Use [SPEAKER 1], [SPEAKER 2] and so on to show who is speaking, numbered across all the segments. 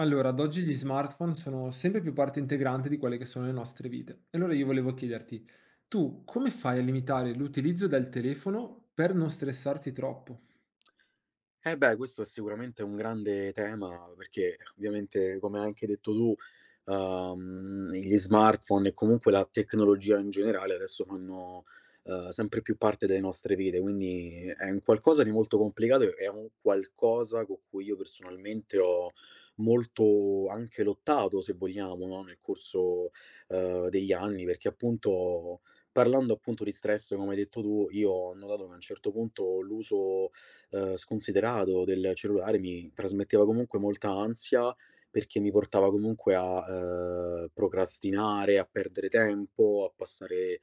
[SPEAKER 1] Allora, ad oggi gli smartphone sono sempre più parte integrante di quelle che sono le nostre vite. E allora io volevo chiederti, tu come fai a limitare l'utilizzo del telefono per non stressarti troppo?
[SPEAKER 2] Eh beh, questo è sicuramente un grande tema perché ovviamente, come hai anche detto tu, gli smartphone e comunque la tecnologia in generale adesso fanno sempre più parte delle nostre vite, quindi è un qualcosa di molto complicato e è un qualcosa con cui io personalmente ho molto anche lottato, se vogliamo, no, nel corso degli anni, perché appunto. Parlando appunto di stress, come hai detto tu, io ho notato che a un certo punto l'uso sconsiderato del cellulare mi trasmetteva comunque molta ansia, perché mi portava comunque a, procrastinare, a perdere tempo, a passare,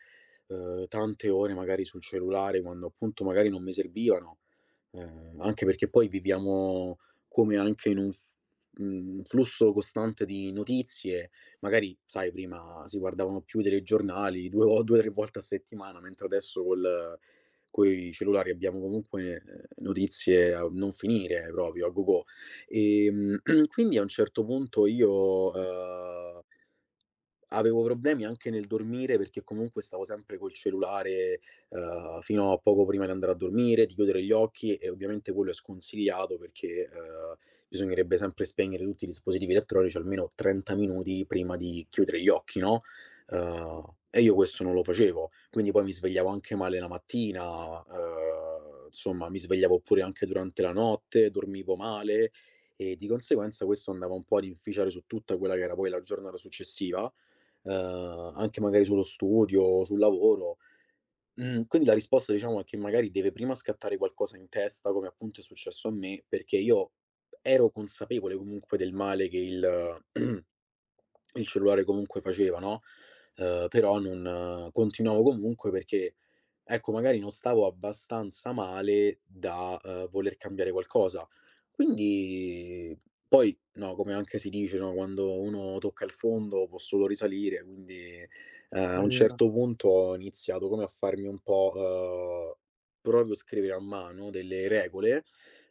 [SPEAKER 2] tante ore magari sul cellulare quando appunto magari non mi servivano. Anche perché poi viviamo come anche in un flusso costante di notizie. Magari, sai, prima si guardavano più i telegiornali 2 o 3 volte a settimana, mentre adesso col coi cellulari abbiamo comunque, notizie a non finire proprio, a gogò. Ehm, quindi a un certo punto io avevo problemi anche nel dormire perché comunque stavo sempre col cellulare, fino a poco prima di andare a dormire, di chiudere gli occhi, e ovviamente quello è sconsigliato perché, bisognerebbe sempre spegnere tutti i dispositivi elettronici almeno 30 minuti prima di chiudere gli occhi, no, e io questo non lo facevo. Quindi poi mi svegliavo anche male la mattina, insomma mi svegliavo pure anche durante la notte, dormivo male e di conseguenza questo andava un po' ad inficiare su tutta quella che era poi la giornata successiva, anche magari sullo studio, sul lavoro. Quindi la risposta diciamo è che magari deve prima scattare qualcosa in testa, come appunto è successo a me, perché io ero consapevole comunque del male che il il cellulare comunque faceva, no, però non continuavo comunque perché ecco, magari non stavo abbastanza male da, voler cambiare qualcosa. Quindi poi, no, come anche si dice, no, quando uno tocca il fondo può solo risalire, quindi, a
[SPEAKER 1] È
[SPEAKER 2] un
[SPEAKER 1] vero,
[SPEAKER 2] certo punto ho iniziato come a farmi un po', proprio scrivere a mano delle regole,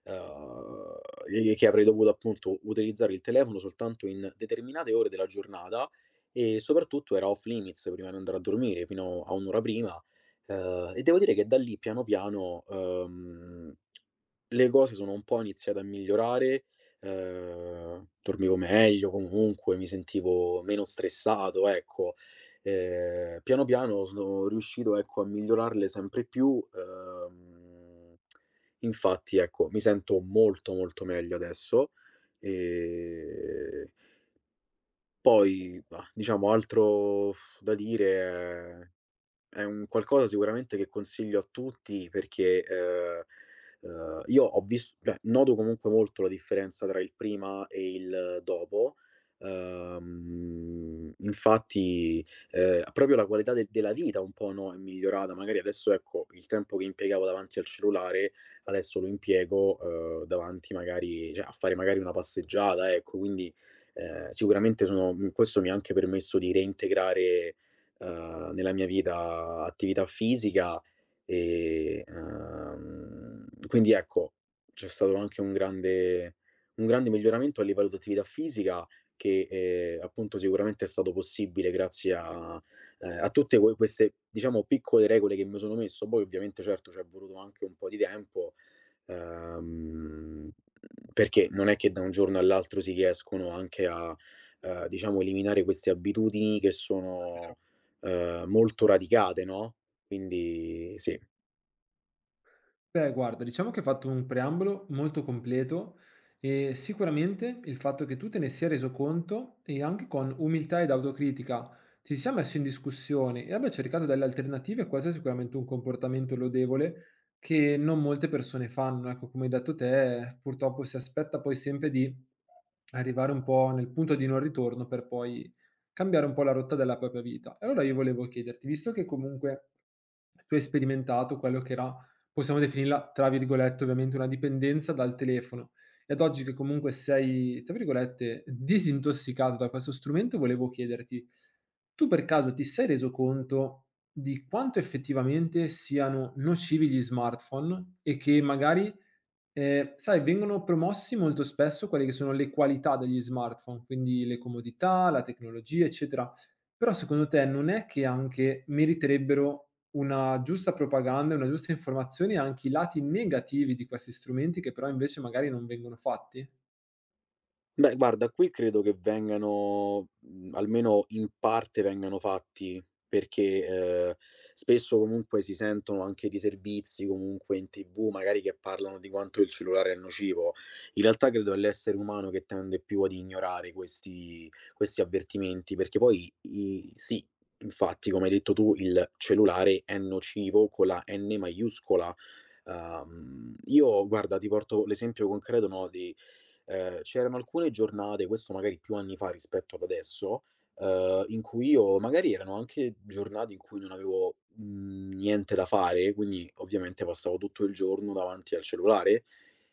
[SPEAKER 2] uhm, e che avrei dovuto appunto utilizzare il telefono soltanto in determinate ore della giornata e soprattutto era off limits prima di andare a dormire, fino a un'ora prima. E devo dire che da lì piano piano, le cose sono un po' iniziate a migliorare, dormivo meglio comunque, mi sentivo meno stressato, ecco. Piano piano sono riuscito, ecco, a migliorarle sempre più, uhm, infatti ecco, mi sento molto, molto meglio adesso. Ehm, Poi, mah, diciamo altro da dire è è un qualcosa sicuramente che consiglio a tutti perché, io noto comunque molto la differenza tra il prima e il dopo. Infatti, proprio la qualità de della vita un po', no, è migliorata. Magari adesso, ecco, il tempo che impiegavo davanti al cellulare, adesso lo impiego, davanti magari cioè a fare magari una passeggiata, ecco. Quindi, sicuramente questo mi ha anche permesso di reintegrare, nella mia vita attività fisica e, quindi ecco, c'è stato anche un grande miglioramento a livello di attività fisica che, appunto sicuramente è stato possibile grazie a tutte queste, diciamo, piccole regole che mi sono messo. Poi ovviamente certo c'è voluto anche un po' di tempo. Ehm, Perché non è che da un giorno all'altro si riescono anche a, diciamo eliminare queste abitudini che
[SPEAKER 1] è vero.
[SPEAKER 2] sono, molto radicate, no, quindi sì.
[SPEAKER 1] Beh, guarda, diciamo che hai fatto un preambolo molto completo e sicuramente il fatto che tu te ne sia reso conto e anche con umiltà ed autocritica ti sia messo in discussione e abbia cercato delle alternative, questo è sicuramente un comportamento lodevole che non molte persone fanno. Ecco, come hai detto te, purtroppo si aspetta poi sempre di arrivare un po' nel punto di non ritorno per poi cambiare un po' la rotta della propria vita. E allora io volevo chiederti, visto che comunque tu hai sperimentato quello che era, possiamo definirla, tra virgolette, ovviamente, una dipendenza dal telefono. E ad oggi che comunque sei, tra virgolette, "disintossicato" da questo strumento, volevo chiederti: tu per caso ti sei reso conto di quanto effettivamente siano nocivi gli smartphone e che magari, sai, vengono promossi molto spesso quelle che sono le qualità degli smartphone, quindi le comodità, la tecnologia, eccetera, però secondo te non è che anche meriterebbero una giusta propaganda e una giusta informazione e anche i lati negativi di questi strumenti che però invece magari non vengono fatti?
[SPEAKER 2] Beh, guarda, qui credo che almeno in parte vengano fatti, perché, spesso comunque si sentono anche dei servizi comunque in TV, magari che parlano di quanto il cellulare è nocivo. In realtà credo è l'essere umano che tende più ad ignorare questi avvertimenti, perché poi i sì, infatti, come hai detto tu, il cellulare è nocivo con la N maiuscola. Io guarda, ti porto l'esempio concreto, no, di c'erano alcune giornate, questo magari più anni fa rispetto ad adesso, in cui io magari erano anche giornate in cui non avevo, niente da fare, quindi ovviamente passavo tutto il giorno davanti al cellulare,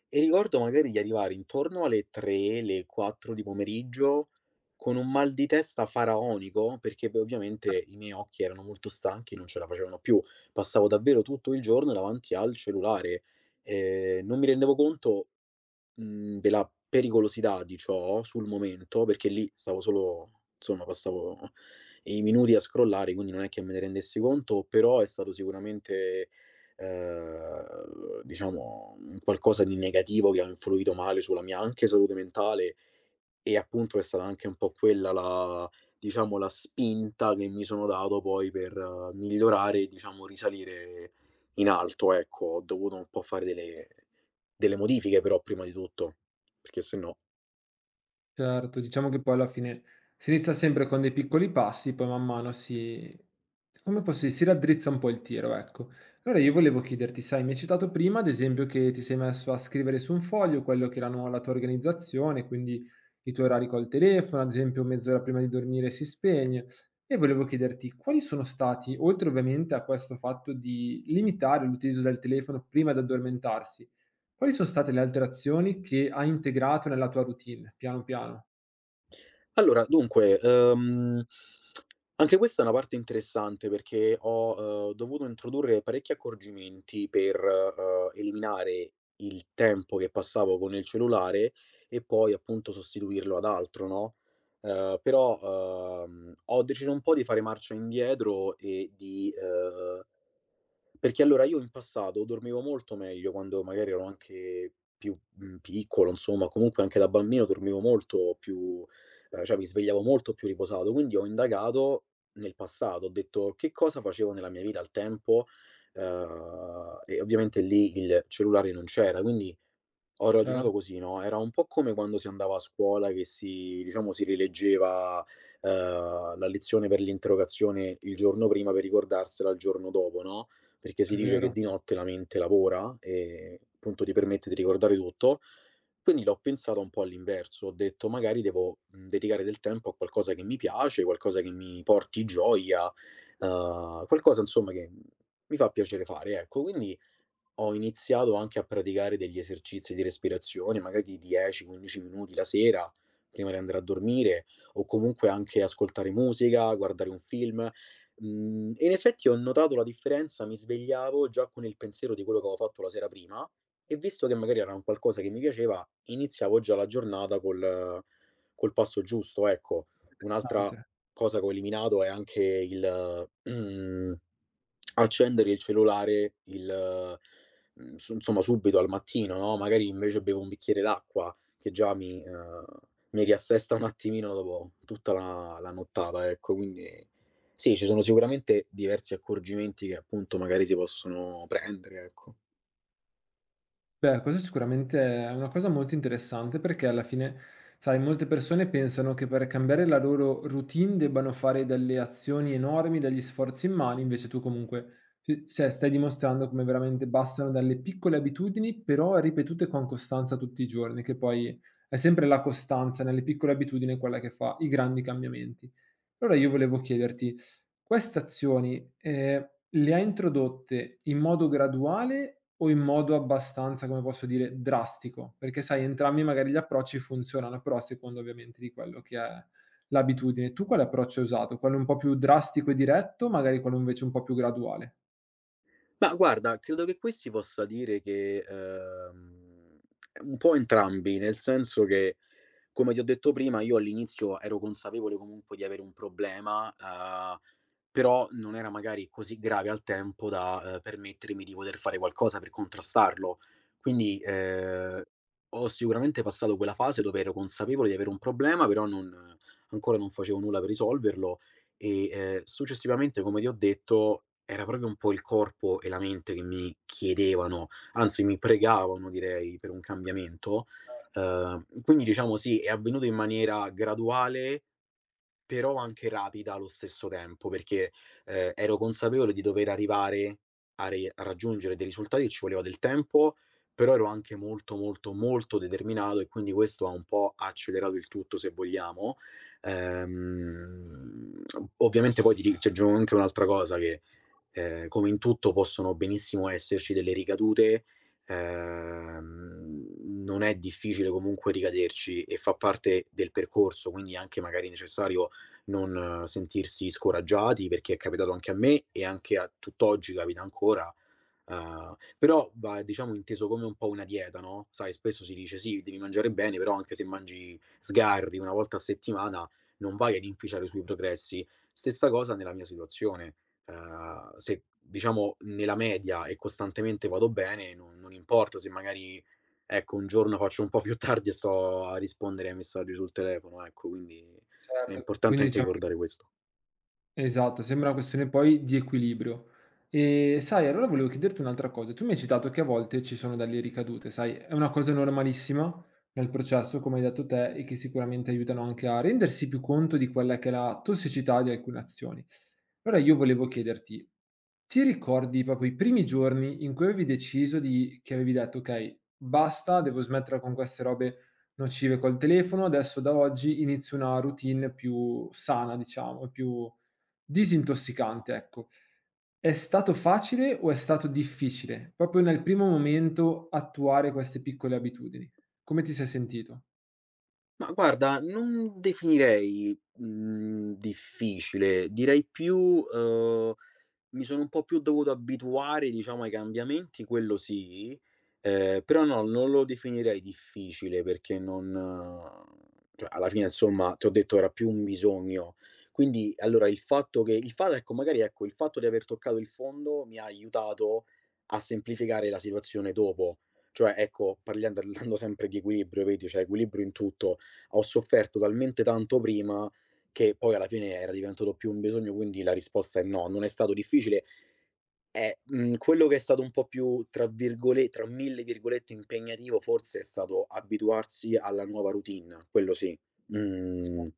[SPEAKER 2] e ricordo magari di arrivare intorno alle 3, le 4 di pomeriggio con un mal di testa faraonico, perché poi ovviamente i miei occhi erano molto stanchi e non ce la facevano più. Passavo davvero tutto il giorno davanti al cellulare, non mi rendevo conto, della pericolosità di ciò sul momento, perché lì stavo solo, insomma passavo i minuti a scrollare, quindi non è che me ne rendessi conto, però è stato sicuramente, diciamo un qualcosa di negativo che ha influito male sulla mia anche salute mentale, e appunto è stata anche un po' quella la, diciamo la spinta che mi sono dato poi per migliorare e diciamo risalire in alto, ecco. Ho dovuto un po' fare delle modifiche però prima di tutto, perché sennò.
[SPEAKER 1] Certo, diciamo che poi alla fine si inizia sempre con dei piccoli passi, poi man mano come posso dire, si raddrizza un po' il tiro, ecco. Allora io volevo chiederti, sai, mi hai citato prima ad esempio che ti sei messo a scrivere su un foglio quello che erano la tua organizzazione, quindi i tuoi orari col telefono, ad esempio mezz'ora prima di dormire si spegne. E volevo chiederti quali sono stati, oltre ovviamente a questo fatto di limitare l'utilizzo del telefono prima di addormentarsi, quali sono state le alterazioni che hai integrato nella tua routine, piano piano?
[SPEAKER 2] Allora, dunque, anche questa è una parte interessante perché ho, dovuto introdurre parecchi accorgimenti per, eliminare il tempo che passavo con il cellulare e poi appunto sostituirlo ad altro, no, però, ho deciso un po' di fare marcia indietro e perché allora io in passato dormivo molto meglio quando magari ero anche più, piccolo, insomma, comunque anche da bambino dormivo molto più, cioè mi svegliavo molto più riposato, quindi ho indagato nel passato, ho detto: "Che cosa facevo nella mia vita al tempo?". E ovviamente lì il cellulare non c'era, quindi ho ragionato
[SPEAKER 1] Cer
[SPEAKER 2] così, no, era un po' come quando si andava a scuola che diciamo, si rileggeva, la lezione per l'interrogazione il giorno prima per ricordarsela il giorno dopo, no, perché si
[SPEAKER 1] è
[SPEAKER 2] dice che
[SPEAKER 1] vero,
[SPEAKER 2] di notte la mente lavora e appunto ti permette di ricordare tutto. Quindi l'ho pensata un po' all'inverso, ho detto: "Magari devo, dedicare del tempo a qualcosa che mi piace, qualcosa che mi porti gioia, qualcosa insomma che mi fa piacere fare", ecco. Quindi ho iniziato anche a praticare degli esercizi di respirazione, magari di 10, 15 minuti la sera, prima di andare a dormire, o comunque anche ascoltare musica, guardare un film. E in effetti ho notato la differenza, mi svegliavo già con il pensiero di quello che avevo fatto la sera prima e visto che magari era un qualcosa che mi piaceva, iniziavo già la giornata col passo giusto, ecco. Un'altra
[SPEAKER 1] interessante.
[SPEAKER 2] cosa che ho eliminato è anche il, mhmm accendere il cellulare su insomma subito al mattino, no, magari invece bevo un bicchiere d'acqua che già mi riassesta un attimino dopo tutta la nottata, ecco. Quindi sì, ci sono sicuramente diversi accorgimenti che appunto magari si possono prendere, ecco.
[SPEAKER 1] Beh, questo sicuramente è una cosa molto interessante perché alla fine, sai, molte persone pensano che per cambiare la loro routine debbano fare delle azioni enormi, degli sforzi immani, invece tu comunque, s cioè, stai dimostrando come veramente bastano delle piccole abitudini, però ripetute con costanza tutti i giorni, che poi è sempre la costanza nelle piccole abitudini quella che fa i grandi cambiamenti. Allora io volevo chiederti, queste azioni, le hai introdotte in modo graduale o in modo abbastanza, come posso dire, drastico? Perché sai entrambi magari gli approcci funzionano, però a seconda ovviamente di quello che è l'abitudine. Tu quale approccio hai usato? Quello un po' più drastico e diretto, o magari quello invece un po' più graduale?
[SPEAKER 2] Ma guarda, credo che qui si possa dire che, un po' entrambi, nel senso che, come ti ho detto prima, io all'inizio ero consapevole comunque di avere un problema, però non era magari così grave al tempo da, permettermi di poter fare qualcosa per contrastarlo. Quindi, ho sicuramente passato quella fase dove ero consapevole di avere un problema, però non ancora non facevo nulla per risolverlo e, successivamente, come ti ho detto, era proprio un po' il corpo e la mente che mi chiedevano, anzi mi pregavano direi, per un cambiamento. Quindi diciamo sì, è avvenuto in maniera graduale, però anche rapida allo stesso tempo, perché, ero consapevole di dover arrivare a raggiungere dei risultati, ci voleva del tempo, però ero anche molto, molto, molto determinato e quindi questo ha un po' accelerato il tutto se vogliamo. Ehm, Ovviamente poi ti aggiungo anche un'altra cosa che, come in tutto possono benissimo esserci delle ricadute, ehm, non è difficile comunque ricaderci e fa parte del percorso, quindi è anche magari necessario non sentirsi scoraggiati, perché è capitato anche a me e anche a tutt'oggi capita ancora. Però va diciamo inteso come un po' una dieta, no, sai spesso si dice: "Sì, devi mangiare bene", però anche se mangi sgarri una volta a settimana non vai ad inficiare sui progressi. Stessa cosa nella mia situazione. Se diciamo nella media e costantemente vado bene, non non importa se magari, ecco, un giorno faccio un po' più tardi e sto a rispondere ai messaggi sul telefono, ecco, quindi è
[SPEAKER 1] Certo,
[SPEAKER 2] importante
[SPEAKER 1] quindi
[SPEAKER 2] anche
[SPEAKER 1] diciamo,
[SPEAKER 2] ricordare questo.
[SPEAKER 1] esatto, sembra una questione poi di equilibrio. E sai, allora volevo chiederti un'altra cosa. Tu mi hai citato che a volte ci sono delle ricadute, sai, è una cosa normalissima nel processo, come hai detto te, e che sicuramente aiutano anche a rendersi più conto di quella che è la tossicità di alcune azioni. Allora io volevo chiederti, ti ricordi proprio i primi giorni in cui avevi deciso di, che avevi detto, ok, basta, devo smettere con queste robe nocive col telefono, adesso da oggi inizio una routine più sana, diciamo, e più disintossicante, ecco. È stato facile o è stato difficile, proprio nel primo momento, attuare queste piccole abitudini? Come ti sei sentito?
[SPEAKER 2] Ma guarda, non definirei, difficile, direi più, uhm mi sono un po' più dovuto abituare, diciamo, ai cambiamenti, quello sì, però no, non lo definirei difficile perché non cioè alla fine insomma, ti ho detto era più un bisogno. Quindi allora il fatto ecco, magari ecco, il fatto di aver toccato il fondo mi ha aiutato a semplificare la situazione dopo. Cioè ecco, parlian parlando sempre di equilibrio, vedi, cioè equilibrio in tutto, ho sofferto talmente tanto prima che poi alla fine era diventato più un bisogno, quindi la risposta è no. Non è stato difficile, quello che è stato un po' più tra mille virgolette "impegnativo" forse è stato abituarsi alla nuova routine, quello sì. Mhmm,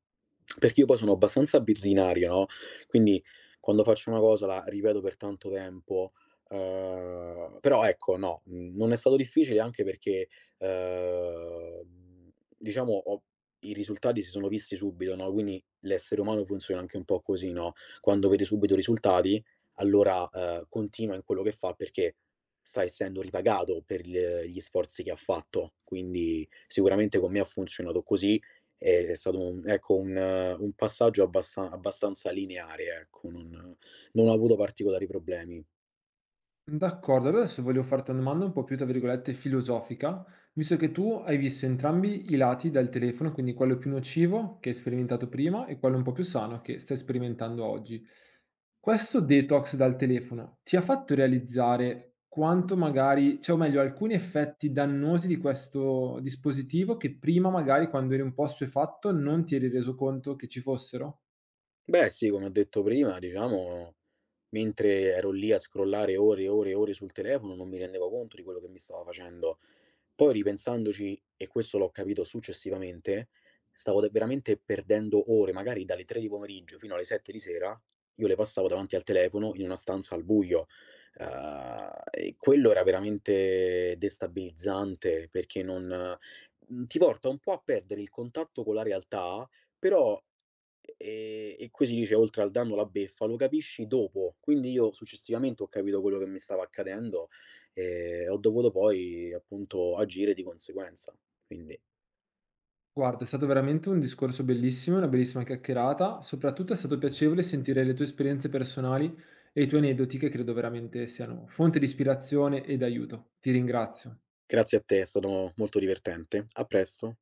[SPEAKER 2] Perché io poi sono abbastanza abitudinario, no, quindi quando faccio una cosa la ripeto per tanto tempo, però ecco no, non è stato difficile anche perché, uhm, diciamo ho i risultati si sono visti subito, no, quindi l'essere umano funziona anche un po' così, no, quando vede subito i risultati, allora, continua in quello che fa perché sta essendo ripagato per il gli sforzi che ha fatto. Quindi sicuramente con me ha funzionato così, è stato un ecco, un passaggio abbastanza lineare, ecco, non non ho avuto particolari problemi.
[SPEAKER 1] D'accordo, allora adesso volevo farti una domanda un po' più, tra virgolette, filosofica, visto che tu hai visto entrambi i lati del telefono, quindi quello più nocivo che hai sperimentato prima e quello un po' più sano che stai sperimentando oggi. Questo detox dal telefono ti ha fatto realizzare quanto magari, cioè, o meglio, alcuni effetti dannosi di questo dispositivo che prima magari quando eri un po' assuefatto non ti eri reso conto che ci fossero?
[SPEAKER 2] Beh sì, come ho detto prima, diciamo, mentre ero lì a scrollare ore e ore e ore sul telefono, non mi rendevo conto di quello che mi stava facendo. Poi ripensandoci, e questo l'ho capito successivamente, stavo da veramente perdendo ore, magari dalle 3 di pomeriggio fino alle 7 di sera, io le passavo davanti al telefono in una stanza al buio. E quello era veramente destabilizzante perché non, ti porta un po' a perdere il contatto con la realtà, però. E qui si dice: "Oltre al danno la beffa", lo capisci dopo. Quindi io successivamente ho capito quello che mi stava accadendo e ho dovuto poi appunto agire di conseguenza. Quindi
[SPEAKER 1] Guarda, è stato veramente un discorso bellissimo, una bellissima chiacchierata. Soprattutto è stato piacevole sentire le tue esperienze personali e i tuoi aneddoti che credo veramente siano fonte di ispirazione ed aiuto. Ti ringrazio.
[SPEAKER 2] grazie a te, è stato molto divertente. A presto.